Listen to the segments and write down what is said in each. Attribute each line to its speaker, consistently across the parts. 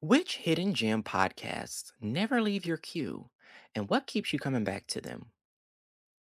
Speaker 1: Which hidden gem podcasts never leave your queue and what keeps you coming back to them?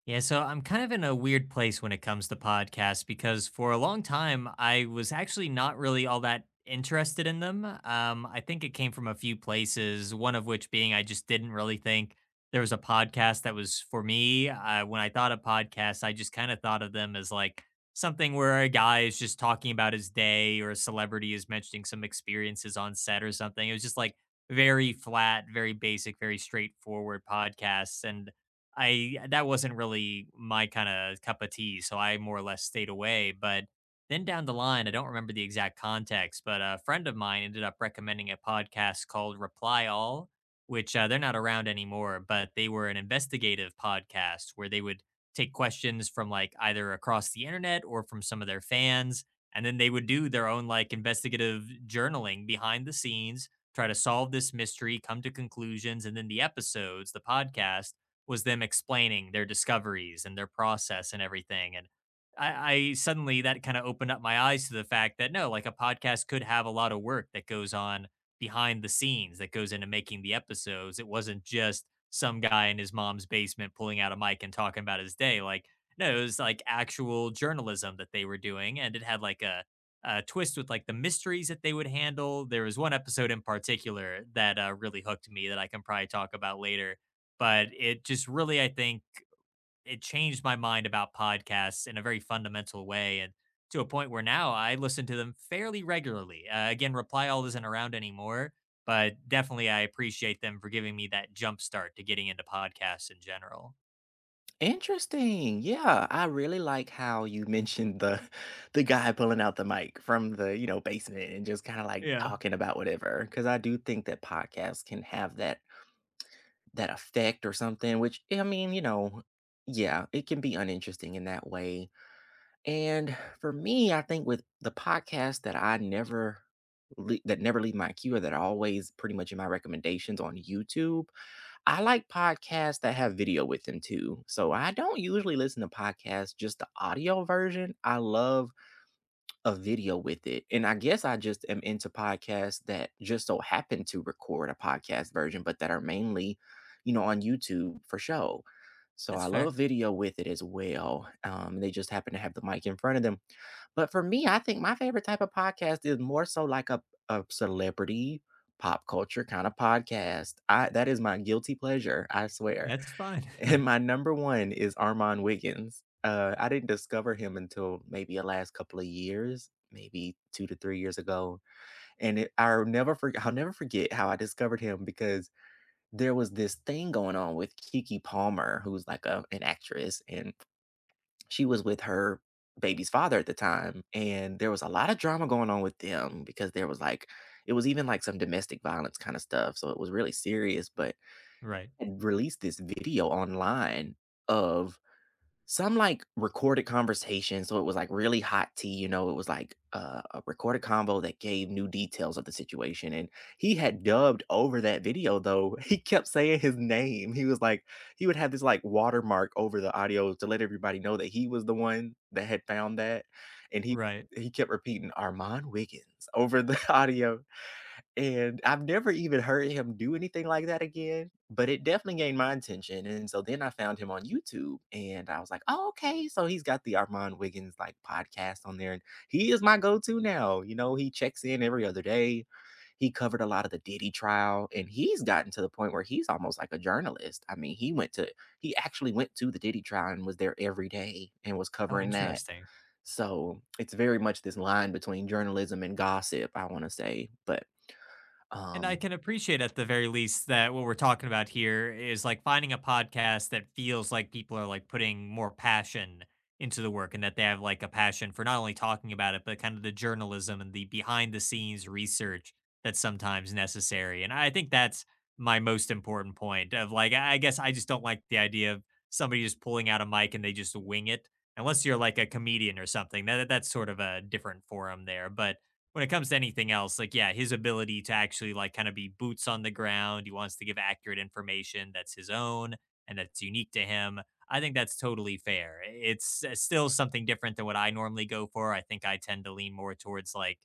Speaker 2: Yeah, so I'm kind of in a weird place when it comes to podcasts because for a long time I was actually not really all that interested in them. I think it came from a few places, one of which being I just didn't really think there was a podcast that was for me. When I thought of podcasts, I just kind of thought of them as like something where a guy is just talking about his day or a celebrity is mentioning some experiences on set or something. It was just like very flat, very basic, very straightforward podcasts. And I that wasn't really my kind of cup of tea, so I more or less stayed away. But then down the line, I don't remember the exact context, but a friend of mine ended up recommending a podcast called Reply All, which they're not around anymore, but they were an investigative podcast where they would take questions from like either across the internet or from some of their fans, and then they would do their own like investigative journaling behind the scenes, try to solve this mystery, come to conclusions, and then the podcast was them explaining their discoveries and their process and everything. And I suddenly that kind of opened up my eyes to the fact that no, like a podcast could have a lot of work that goes on behind the scenes that goes into making the episodes. It wasn't just some guy in his mom's basement pulling out a mic and talking about his day. Like, no, it was like actual journalism that they were doing. And it had like a twist with like the mysteries that they would handle. There was one episode in particular that really hooked me that I can probably talk about later, but it just really, I think, it changed my mind about podcasts in a very fundamental way, and to a point where now I listen to them fairly regularly. Again, Reply All isn't around anymore, but definitely I appreciate them for giving me that jump start to getting into podcasts in general.
Speaker 1: Interesting. Yeah, I really like how you mentioned the the guy pulling out the mic from the, basement and just kind of like
Speaker 2: Yeah.
Speaker 1: talking about whatever cuz I do think that podcasts can have that effect or something which I mean, you know, yeah, it can be uninteresting in that way. And for me, I think with the podcast that I never lea- that never leave my queue or that are always pretty much in my recommendations on YouTube. I like podcasts that have video with them too. So I don't usually listen to podcasts just the audio version. I love a video with it. And I guess I just am into podcasts that just so happen to record a podcast version, but that are mainly, you know, on YouTube for show. So
Speaker 2: That's
Speaker 1: I love a
Speaker 2: fair.
Speaker 1: video with it as well. They just happen to have the mic in front of them, but for me, I think my favorite type of podcast is more so like a celebrity pop culture kind of podcast. I that is my guilty pleasure, I swear.
Speaker 2: That's fine.
Speaker 1: And my number one is Armand Wiggins. I didn't discover him until maybe the last couple of years, maybe 2 to 3 years ago. And it, I'll never forget. I'll never forget how I discovered him because there was this thing going on with Kiki Palmer, who's like an actress, and she was with her baby's father at the time, and there was a lot of drama going on with them because there was, like, it was even, like, some domestic violence kinda stuff, so it was really serious, but
Speaker 2: Right,
Speaker 1: had released this video online of some, like, recorded conversation, so it was, like, really hot tea, you know, it was, like, a recorded combo that gave new details of the situation, and he had dubbed over that video, though. He kept saying his name. He was, like, he would have this, like, watermark over the audio to let everybody know that he was the one that had found that, and he
Speaker 2: right.
Speaker 1: he kept repeating, "Armand Wiggins," over the audio. And I've never even heard him do anything like that again, but it definitely gained my attention, and so then I found him on YouTube, and I was like, "Oh, okay, so he's got the Armand Wiggins, like, podcast on there," and he is my go-to now. You know, he checks in every other day. He covered a lot of the Diddy trial, and he's gotten to the point where he's almost like a journalist. I mean, he actually went to the Diddy trial and was there every day and was
Speaker 2: Oh,
Speaker 1: covering that.
Speaker 2: interesting.
Speaker 1: So, it's very much this line between journalism and gossip, I wanna say, but
Speaker 2: And I
Speaker 1: um,
Speaker 2: can appreciate at the very least that what we're talking about here is like finding a podcast that feels like people are like putting more passion into the work and that they have like a passion for not only talking about it, but kind of the journalism and the behind the scenes research that's sometimes necessary. And I think that's my most important point of like, I guess I just don't like the idea of somebody just pulling out a mic and they just wing it. Unless you're like a comedian or something, that's sort of a different forum there. But when it comes to anything else, like yeah, his ability to actually like kind of be boots on the ground. He wants to give accurate information that's his own and that's unique to him. I think that's totally fair. It's still something different than what I normally go for. I think I tend to lean more towards like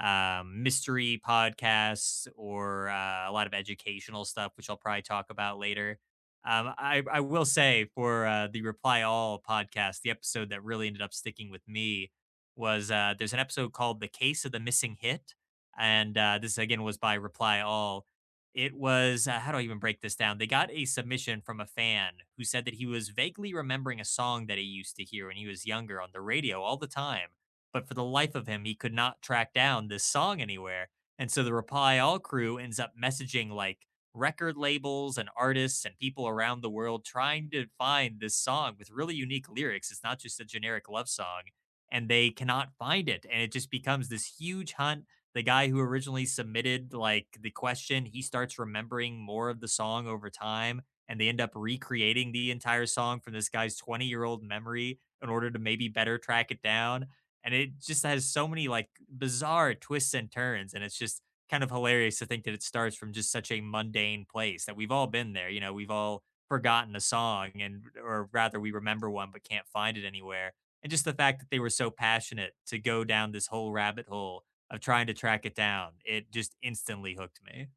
Speaker 2: mystery podcasts or a lot of educational stuff, which I'll probably talk about later. I will say for the Reply All podcast, the episode that really ended up sticking with me was there's an episode called "The Case of the Missing Hit," and this again was by Reply All. It was how do I even break this down? They got a submission from a fan who said that he was vaguely remembering a song that he used to hear when he was younger on the radio all the time, but for the life of him, he could not track down this song anywhere. And so the Reply All crew ends up messaging like record labels and artists and people around the world trying to find this song with really unique lyrics. It's not just a generic love song and they cannot find it. And it just becomes this huge hunt. The guy who originally submitted like the question, he starts remembering more of the song over time, and they end up recreating the entire song from this guy's 20-year-old memory in order to maybe better track it down. And it just has so many like bizarre twists and turns. And it's just kind of hilarious to think that it starts from just such a mundane place that we've all been there. You know, we've all forgotten a song and or rather we remember one but can't find it anywhere, and just the fact that they were so passionate to go down this whole rabbit hole of trying to track it down, it just instantly hooked me.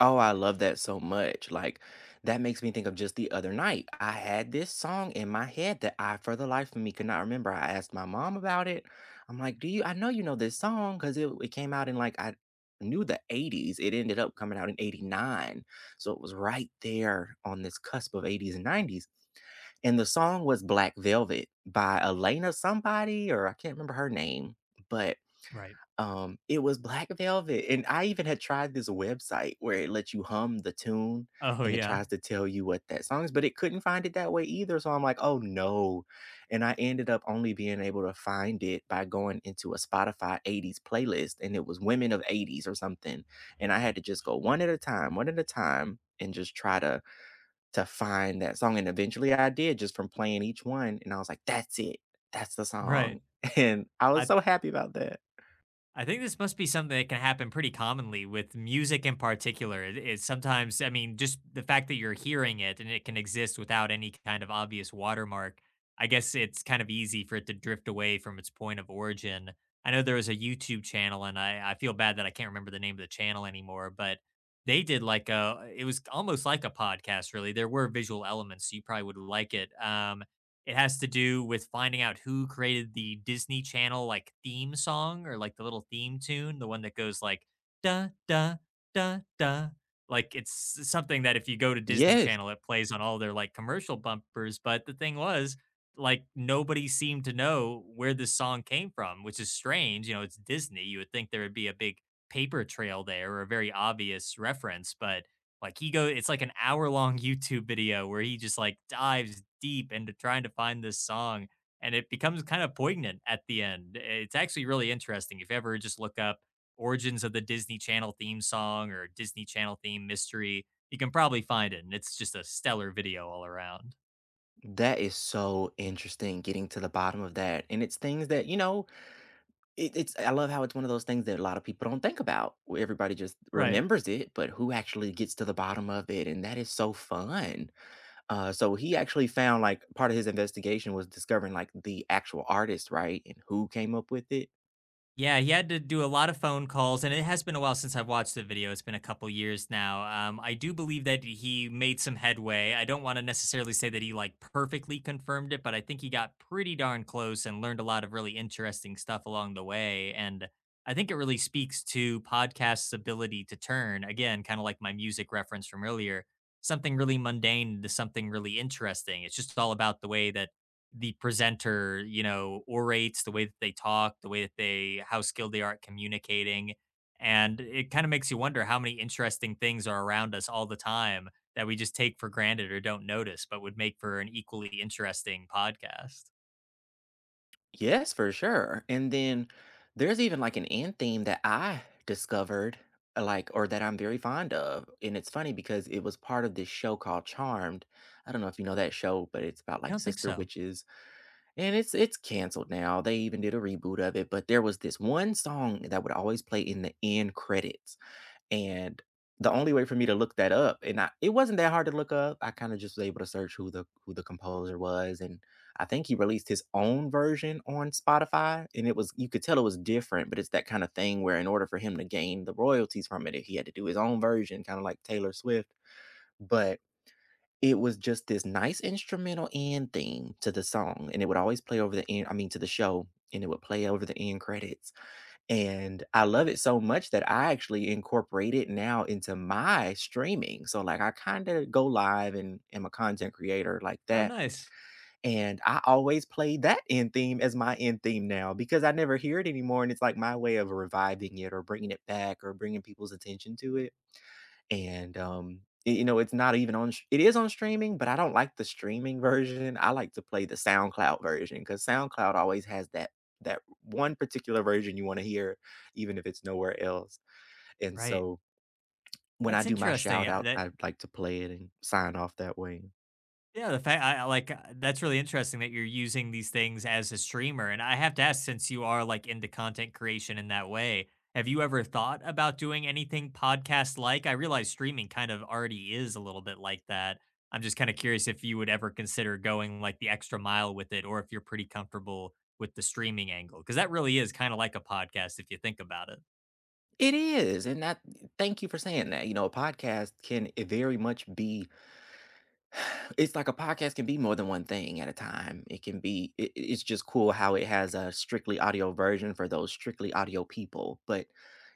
Speaker 1: oh, I love that so much. Like, that makes me think of just the other night. I had this song in my head that I, for the life of me, could not remember. I asked my mom about it. I'm like, "Do you? I know you know this song because it came out in like I knew the 80s. It ended up coming out in 89, so it was right there on this cusp of 80s and 90s. And the song was Black Velvet by Elena somebody, or I can't remember her name, but
Speaker 2: Right.
Speaker 1: It was Black Velvet, and I even had tried this website where it lets you hum the tune,
Speaker 2: Oh,
Speaker 1: and it
Speaker 2: yeah.
Speaker 1: tries to tell you what that song is, but it couldn't find it that way either, so I'm like, "Oh, no," and I ended up only being able to find it by going into a Spotify '80s playlist, and it was women of '80s or something, and I had to just go one at a time, one at a time, and just try to find that song, and eventually I did just from playing each one, and I was like, "That's it. That's the
Speaker 2: Right.
Speaker 1: song," and I was
Speaker 2: I
Speaker 1: so happy about that.
Speaker 2: I think this must be something that can happen pretty commonly with music in particular. It's sometimes, I mean, just the fact that you're hearing it and it can exist without any kind of obvious watermark, I guess it's kind of easy for it to drift away from its point of origin. I know there was a YouTube channel, and I feel bad that I can't remember the name of the channel anymore, but they did like it was almost like a podcast, really. There were visual elements, so you probably would like it. It has to do with finding out who created the Disney Channel like theme song or like the little theme tune, the one that goes like da da da da. Like it's something that if you go to Disney
Speaker 1: Yes.
Speaker 2: Channel, it plays on all their like commercial bumpers. But the thing was, like nobody seemed to know where this song came from, which is strange. You know, it's Disney. You would think there would be a big paper trail there or a very obvious reference, but like he go it's like an hour long YouTube video where he just like dives deep into trying to find this song and it becomes kind of poignant at the end. It's actually really interesting. If you ever just look up origins of the Disney Channel theme song or Disney Channel theme mystery, you can probably find it. And it's just a stellar video all around.
Speaker 1: That is so interesting getting to the bottom of that. And it's things that, you know, I love how it's one of those things that a lot of people don't think about, where everybody just
Speaker 2: Right.
Speaker 1: remembers it, but who actually gets to the bottom of it? And that is so fun. So he actually found like part of his investigation was discovering like the actual artist, right? And who came up with it.
Speaker 2: Yeah, he had to do a lot of phone calls, and it has been a while since I've watched the video. It's been a couple years now. I do believe that he made some headway. I don't want to necessarily say that he like perfectly confirmed it, but I think he got pretty darn close and learned a lot of really interesting stuff along the way. And I think it really speaks to podcast's ability to turn, again, kind of like my music reference from earlier, something really mundane to something really interesting. It's just all about the way that the presenter, you know, orates, the way that they talk, the way that they how skilled they are at communicating, and it kinda makes you wonder how many interesting things are around us all the time that we just take for granted or don't notice, but would make for an equally interesting podcast.
Speaker 1: Yes, for sure. And then there's even like an end theme that I discovered, like, or that I'm very fond of. And it's funny because it was part of this show called Charmed. I don't know if you know that show, but it's about
Speaker 2: I
Speaker 1: like
Speaker 2: don't think
Speaker 1: sister
Speaker 2: so.
Speaker 1: witches. And it's canceled now. They even did a reboot of it. But there was this one song that would always play in the end credits. And the only way for me to look that up, and I it wasn't that hard to look up. I kinda just was able to search who the composer was, and I think he released his own version on Spotify, and it was you could tell it was different, but it's that kinda thing where in order for him to gain the royalties from it, he had to do his own version, kinda like Taylor Swift, but it was just this nice instrumental end theme to the song, and it would always play over the end I mean, to the show, and it would play over the end credits, and I love it so much that I actually incorporate it now into my streaming. So like I kind of go live and am a content creator like
Speaker 2: Oh,
Speaker 1: that.
Speaker 2: nice.
Speaker 1: And I always play that end theme as my end theme now because I never hear it anymore. And it's like my way of reviving it or bringing it back or bringing people's attention to it. And, y you know, it's not even on sh it is on streaming, but I don't like the streaming version. I like to play the SoundCloud version because SoundCloud always has that one particular version you wanna hear even if it's nowhere else. And
Speaker 2: Right.
Speaker 1: so, when I
Speaker 2: That's
Speaker 1: do my
Speaker 2: interesting,
Speaker 1: shout out,
Speaker 2: that
Speaker 1: I like to play it and sign off that way.
Speaker 2: Yeah, the fact I like, that's really interesting that you're using these things as a streamer, and I have to ask, since you are, like, into content creation in that way, have you ever thought about doing anything podcast-like? I realize streaming kind of already is a little bit like that. I'm just kinda curious if you would ever consider going, like, the extra mile with it or if you're pretty comfortable with the streaming angle, because that really is kinda like a podcast if you think about it.
Speaker 1: It is, and that thank you for saying that. You know, a podcast can, eh, very much be it's like a podcast can be more than one thing at a time. It can be it's just cool how it has a strictly audio version for those strictly audio people. But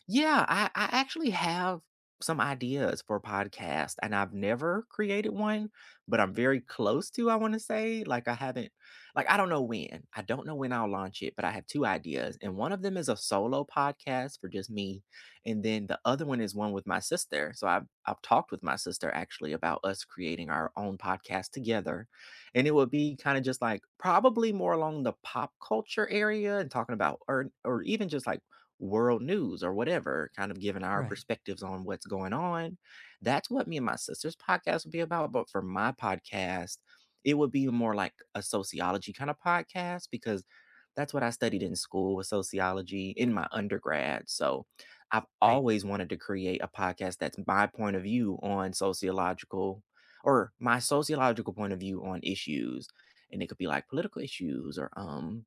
Speaker 1: yeah, I actually have some ideas for podcast and I've never created one, but I'm very close to, I want to say. Like I don't know when. I don't know when I'll launch it, but I have two ideas. And one of them is a solo podcast for just me and then the other one is one with my sister. So I've talked with my sister actually about us creating our own podcast together. And it would be kind of just like probably more along the pop culture area and talking about or even just like world news or whatever, kind of giving our
Speaker 2: Right,
Speaker 1: perspectives on what's going on. That's what me and my sister's podcast would be about. But for my podcast, it would be more like a sociology kind of podcast because that's what I studied in school with sociology in my undergrad. So I've
Speaker 2: right.
Speaker 1: always wanted to create a podcast that's my sociological point of view on issues. And it could be like political issues or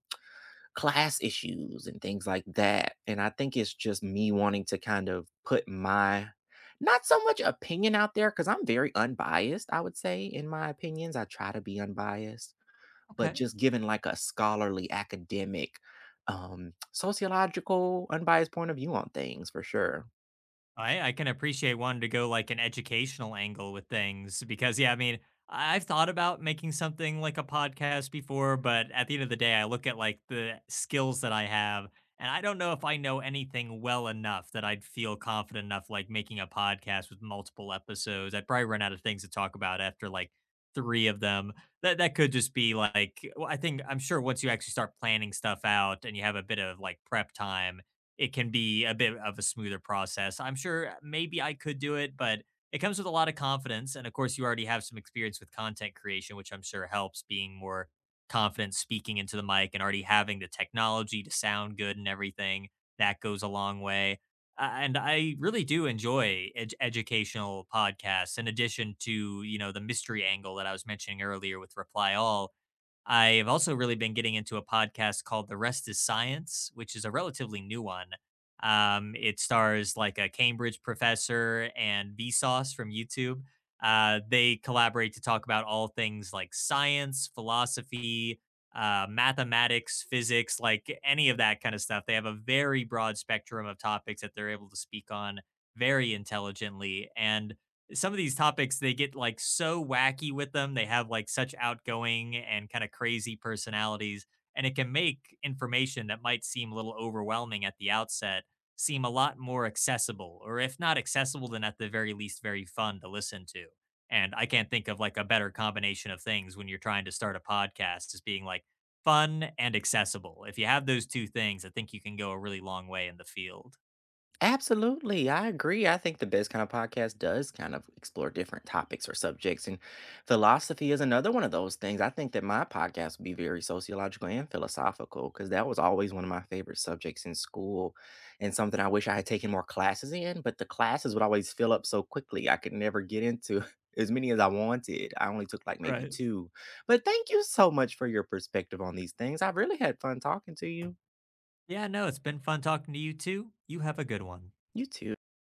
Speaker 1: class issues and things like that. And I think it's just me wanting to kind of put my not so much opinion out there because I'm very unbiased, I would say, in my opinions. I try to be unbiased, but
Speaker 2: Okay.
Speaker 1: just given like a scholarly academic sociological unbiased point of view on things for sure.
Speaker 2: I can appreciate wanting to go, like, an educational angle with things because, yeah, I mean, I've thought about making something like a podcast before, but at the end of the day, I look at, like, the skills that I have, and I don't know if I know anything well enough that I'd feel confident enough, like, making a podcast with multiple episodes. I'd probably run out of things to talk about after, like, 3 of them. That could just be, like, well, I think I'm sure once you actually start planning stuff out and you have a bit of, like, prep time, it can be a bit of a smoother process. I'm sure maybe I could do it, but it comes with a lot of confidence. And of course, you already have some experience with content creation, which I'm sure helps being more confident speaking into the mic and already having the technology to sound good and everything. That goes a long way. And I really do enjoy educational podcasts in addition to, you know, the mystery angle that I was mentioning earlier with Reply All. I have also really been getting into a podcast called The Rest is Science, which is a relatively new one. It stars like a Cambridge professor and Vsauce from YouTube. They collaborate to talk about all things like science, philosophy, mathematics, physics, like any of that kind of stuff. They have a very broad spectrum of topics that they're able to speak on very intelligently. And some of these topics they get like so wacky with them. They have like such outgoing and kind of crazy personalities, and it can make information that might seem a little overwhelming at the outset seem a lot more accessible, or if not accessible, then at the very least, very fun to listen to. And I can't think of like a better combination of things when you're trying to start a podcast as being like fun and accessible. If you have those two things, I think you can go a really long way in the field.
Speaker 1: Absolutely. I agree. I think the best kind of podcast does kind of explore different topics or subjects. And philosophy is another one of those things. I think that my podcast would be very sociological and philosophical because that was always one of my favorite subjects in school and something I wish I had taken more classes in. But the classes would always fill up so quickly. I could never get into as many as I wanted. I only took like maybe
Speaker 2: Right.
Speaker 1: two. But thank you so much for your perspective on these things. I've really had fun talking to you.
Speaker 2: Yeah, no, it's been fun talking to you too. You have a good one.
Speaker 1: You too.